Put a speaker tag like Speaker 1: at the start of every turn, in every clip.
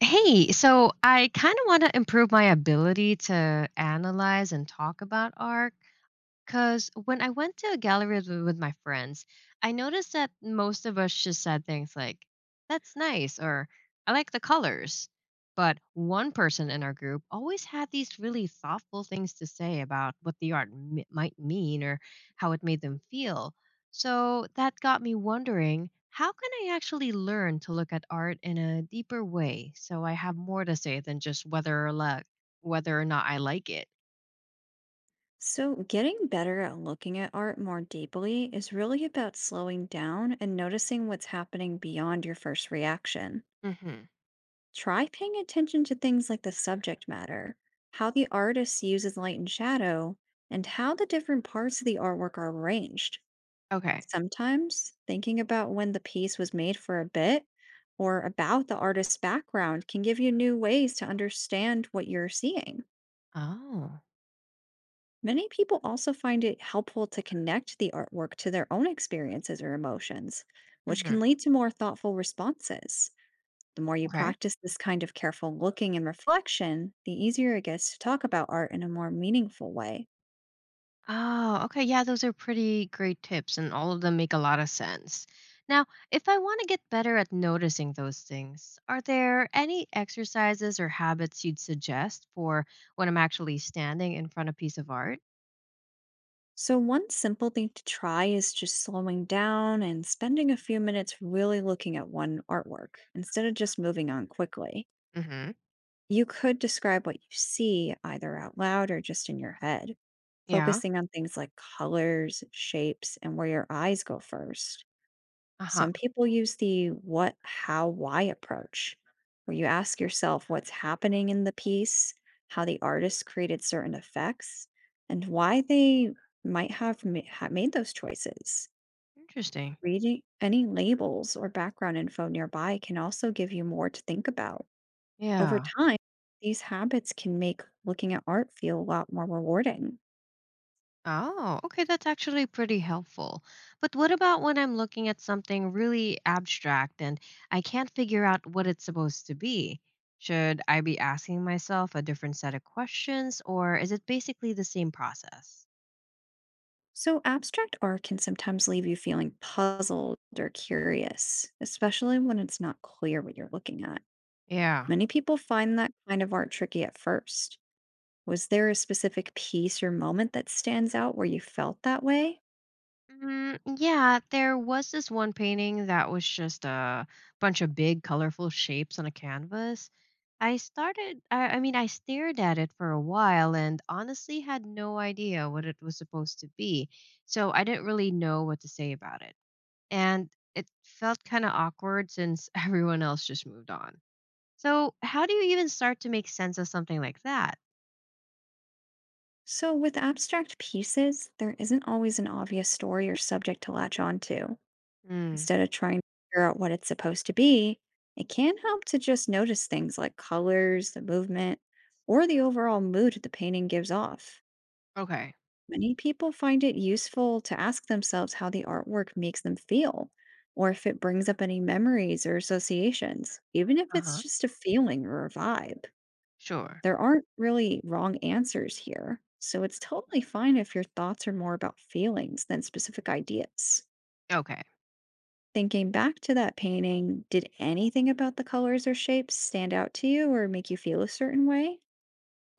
Speaker 1: Hey, so I kind of want to improve my ability to analyze and talk about art. Because when I went to a gallery with my friends, I noticed that most of us just said things like, that's nice, or I like the colors. But one person in our group always had these really thoughtful things to say about what the might mean or how it made them feel. So that got me wondering, how can I actually learn to look at art in a deeper way so I have more to say than just whether or not I like it?
Speaker 2: So, getting better at looking at art more deeply is really about slowing down and noticing what's happening beyond your first reaction.
Speaker 1: Hmm.
Speaker 2: Try paying attention to things like the subject matter, how the artist uses light and shadow, and how the different parts of the artwork are arranged.
Speaker 1: Okay.
Speaker 2: Sometimes, thinking about when the piece was made for a bit or about the artist's background can give you new ways to understand what you're seeing.
Speaker 1: Oh.
Speaker 2: Many people also find it helpful to connect the artwork to their own experiences or emotions, which
Speaker 1: Mhm.
Speaker 2: can lead to more thoughtful responses. The more you
Speaker 1: Okay.
Speaker 2: practice this kind of careful looking and reflection, the easier it gets to talk about art in a more meaningful way.
Speaker 1: Oh, okay. Yeah, those are pretty great tips, and all of them make a lot of sense. Now, if I want to get better at noticing those things, are there any exercises or habits you'd suggest for when I'm actually standing in front of a piece of art?
Speaker 2: So, one simple thing to try is just slowing down and spending a few minutes really looking at one artwork instead of just moving on quickly.
Speaker 1: Hmm.
Speaker 2: You could describe what you see either out loud or just in your head.
Speaker 1: Yeah.
Speaker 2: Focusing on things like colors, shapes, and where your eyes go first.
Speaker 1: Uh huh.
Speaker 2: Some people use the what, how, why approach, where you ask yourself what's happening in the piece, how the artist created certain effects, and why they might have, ma- ha made those choices.
Speaker 1: Interesting.
Speaker 2: Reading any labels or background info nearby can also give you more to think about. Over
Speaker 1: Yeah.
Speaker 2: time, these habits can make looking at art feel a lot more rewarding.
Speaker 1: Oh, okay, that's actually pretty helpful. But what about when I'm looking at something really abstract and I can't figure out what it's supposed to be? Should I be asking myself a different set of questions, or is it basically the same process?
Speaker 2: So, abstract art can sometimes leave you feeling puzzled or curious, especially when it's not clear what you're looking at.
Speaker 1: Yeah.
Speaker 2: Many people find that kind of art tricky at first. Was there a specific piece or moment that stands out where you felt that way?
Speaker 1: Mm, yeah, there was this one painting that was just a bunch of big, colorful shapes on a canvas. I started, I mean, I stared at it for a while and honestly had no idea what it was supposed to be. So I didn't really know what to say about it. And it felt kind of awkward since everyone else just moved on. So, how do you even start to make sense of something like that?
Speaker 2: So, with abstract pieces, there isn't always an obvious story or subject to latch onto.
Speaker 1: Mm,
Speaker 2: Instead of trying to figure out what it's supposed to be, it can help to just notice things like colors, the movement, or the overall mood the painting gives off.
Speaker 1: okay.
Speaker 2: Many people find it useful to ask themselves how the artwork makes them feel, or if it brings up any memories or associations, even if
Speaker 1: Uh
Speaker 2: it's
Speaker 1: huh.
Speaker 2: just a feeling or a vibe.
Speaker 1: Sure.
Speaker 2: There aren't really wrong answers here, so it's totally fine if your thoughts are more about feelings than specific ideas.
Speaker 1: Okay.
Speaker 2: Thinking back to that painting, did anything about the colors or shapes stand out to you or make you feel a certain way?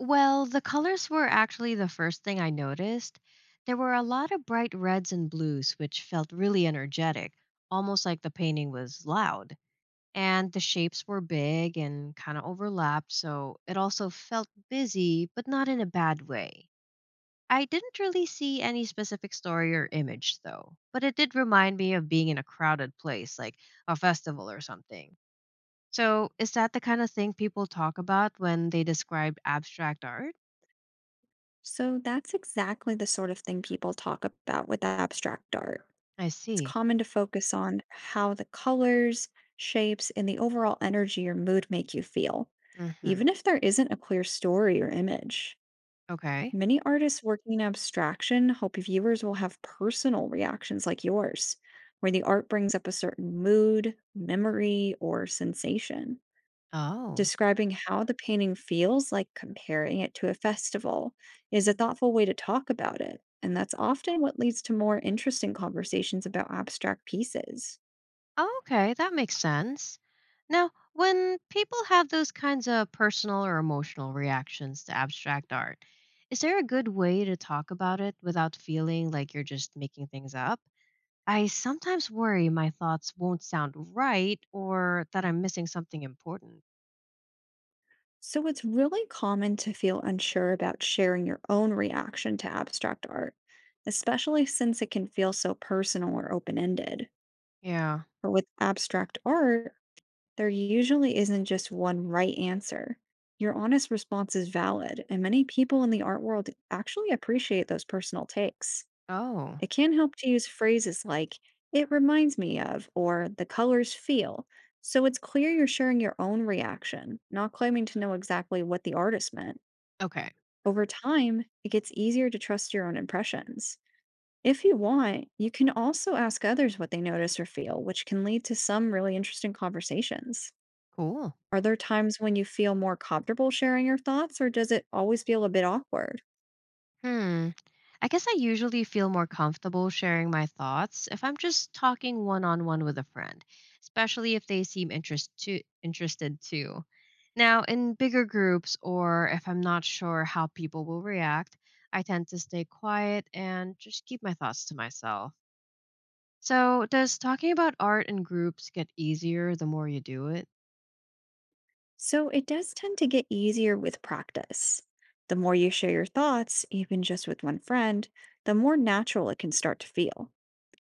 Speaker 1: Well, the colors were actually the first thing I noticed. There were a lot of bright reds and blues, which felt really energetic, almost like the painting was loud. And the shapes were big and kind of overlapped, so it also felt busy, but not in a bad way. I didn't really see any specific story or image, though, but it did remind me of being in a crowded place, like a festival or something. So, is that the kind of thing people talk about when they describe abstract art?
Speaker 2: So that's exactly the sort of thing people talk about with abstract art.
Speaker 1: I
Speaker 2: It's
Speaker 1: see.
Speaker 2: common to focus on how the colors, shapes, and the overall energy or mood make you feel,
Speaker 1: Mm-hmm.
Speaker 2: even if there isn't a clear story or image.
Speaker 1: Okay.
Speaker 2: Many artists working in abstraction hope viewers will have personal reactions like yours, where the art brings up a certain mood, memory, or sensation.
Speaker 1: Oh.
Speaker 2: Describing how the painting feels, like comparing it to a festival, is a thoughtful way to talk about it. And that's often what leads to more interesting conversations about abstract pieces.
Speaker 1: Oh, okay. That makes sense. Now, when people have those kinds of personal or emotional reactions to abstract art, is there a good way to talk about it without feeling like you're just making things up? I sometimes worry my thoughts won't sound right or that I'm missing something important.
Speaker 2: So it's really common to feel unsure about sharing your own reaction to abstract art, especially since it can feel so personal or open ended.
Speaker 1: Yeah.
Speaker 2: But with abstract art, there usually isn't just one right answer. Your honest response is valid, and many people in the art world actually appreciate those personal takes.
Speaker 1: Oh.
Speaker 2: It can help to use phrases like, it reminds me of, or the colors feel. So it's clear you're sharing your own reaction, not claiming to know exactly what the artist meant.
Speaker 1: Okay.
Speaker 2: Over time, it gets easier to trust your own impressions. If you want, you can also ask others what they notice or feel, which can lead to some really interesting conversations.
Speaker 1: Cool.
Speaker 2: Are there times when you feel more comfortable sharing your thoughts, or does it always feel a bit awkward?
Speaker 1: Hmm. I guess I usually feel more comfortable sharing my thoughts if I'm just talking one on one with a friend, especially if they interested too. Now, in bigger groups or if I'm not sure how people will react, I tend to stay quiet and just keep my thoughts to myself. So, does talking about art in groups get easier the more you do it?
Speaker 2: So it does tend to get easier with practice. The more you share your thoughts, even just with one friend, the more natural it can start to feel.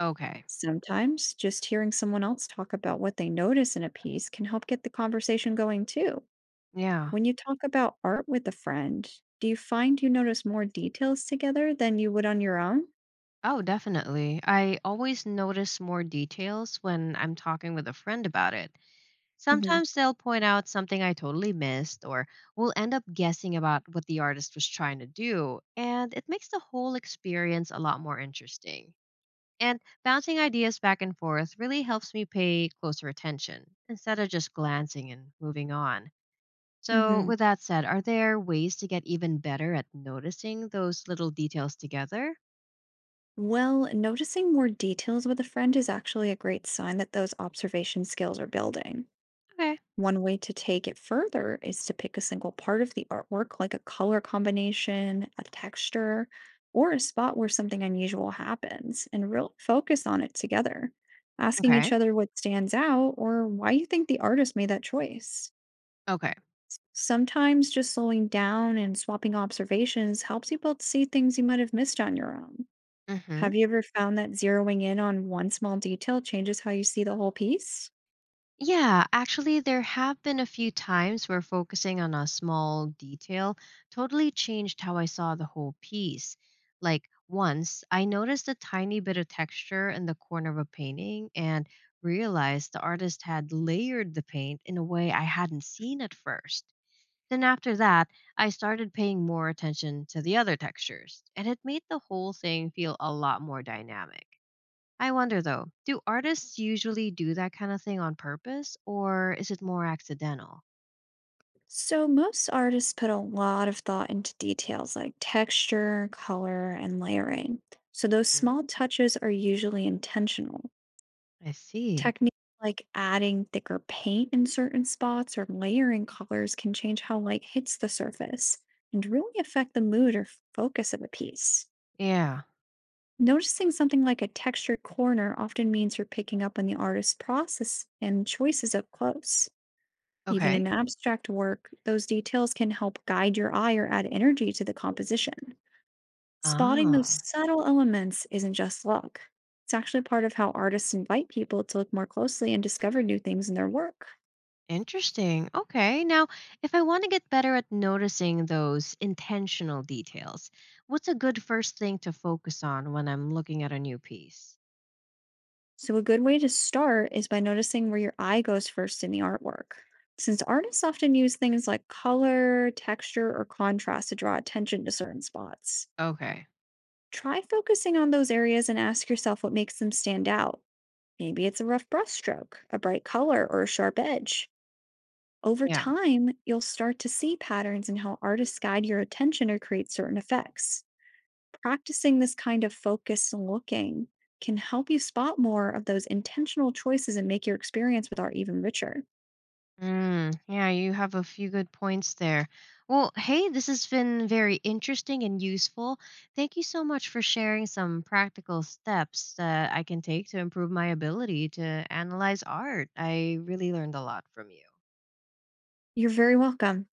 Speaker 1: Okay.
Speaker 2: Sometimes just hearing someone else talk about what they notice in a piece can help get the conversation going too.
Speaker 1: Yeah.
Speaker 2: When you talk about art with a friend, do you find you notice more details together than you would on your own?
Speaker 1: Oh, definitely. I always notice more details when I'm talking with a friend about it.
Speaker 2: Mhm,
Speaker 1: Sometimes they'll point out something I totally missed, or we'll end up guessing about what the artist was trying to do, and it makes the whole experience a lot more interesting. And bouncing ideas back and forth really helps me pay closer attention instead of just glancing and moving on. So,
Speaker 2: mhm.
Speaker 1: with that said, are there ways to get even better at noticing those little details together?
Speaker 2: Well, noticing more details with a friend is actually a great sign that those observation skills are building.
Speaker 1: Okay.
Speaker 2: One way to take it further is to pick a single part of the artwork, like a color combination, a texture, or a spot where something unusual happens, and real focus on it together, asking each
Speaker 1: Okay.
Speaker 2: other what stands out or why you think the artist made that choice.
Speaker 1: Okay.
Speaker 2: Sometimes just slowing down and swapping observations helps you both see things you might have missed on your own.
Speaker 1: Mm hmm.
Speaker 2: Have you ever found that zeroing in on one small detail changes how you see the whole piece?
Speaker 1: Yeah, actually, there have been a few times where focusing on a small detail totally changed how I saw the whole piece. Like once, I noticed a tiny bit of texture in the corner of a painting and realized the artist had layered the paint in a way I hadn't seen at first. Then, after that, I started paying more attention to the other textures, and it made the whole thing feel a lot more dynamic. I wonder though, do artists usually do that kind of thing on purpose, or is it more accidental?
Speaker 2: So, most artists put a lot of thought into details like texture, color, and layering. So, those
Speaker 1: Mhm.
Speaker 2: small touches are usually intentional.
Speaker 1: I see.
Speaker 2: Techniques like adding thicker paint in certain spots or layering colors can change how light hits the surface and really affect the mood or focus of a piece.
Speaker 1: Yeah.
Speaker 2: Noticing something like a textured corner often means you're picking up on the artist's process and choices up close. Even
Speaker 1: Okay.
Speaker 2: in abstract work, those details can help guide your eye or add energy to the composition. Spotting those
Speaker 1: Ah,
Speaker 2: subtle elements isn't just luck, it's actually part of how artists invite people to look more closely and discover new things in their work.
Speaker 1: interesting. Okay. Now, if I want to get better at noticing those intentional details, what's a good first thing to focus on when I'm looking at a new piece?
Speaker 2: So, a good way to start is by noticing where your eye goes first in the artwork. Since artists often use things like color, texture, or contrast to draw attention to certain spots,
Speaker 1: Okay.
Speaker 2: try focusing on those areas and ask yourself what makes them stand out. Maybe it's a rough brushstroke, a bright color, or a sharp edge. Over
Speaker 1: Yeah.
Speaker 2: time, you'll start to see patterns in how artists guide your attention or create certain effects. Practicing this kind of focused looking can help you spot more of those intentional choices and make your experience with art even richer.
Speaker 1: Mm, yeah, you have a few good points there. Well, hey, this has been very interesting and useful. Thank you so much for sharing some practical steps that I can take to improve my ability to analyze art. I really learned a lot from you.
Speaker 2: You're very welcome.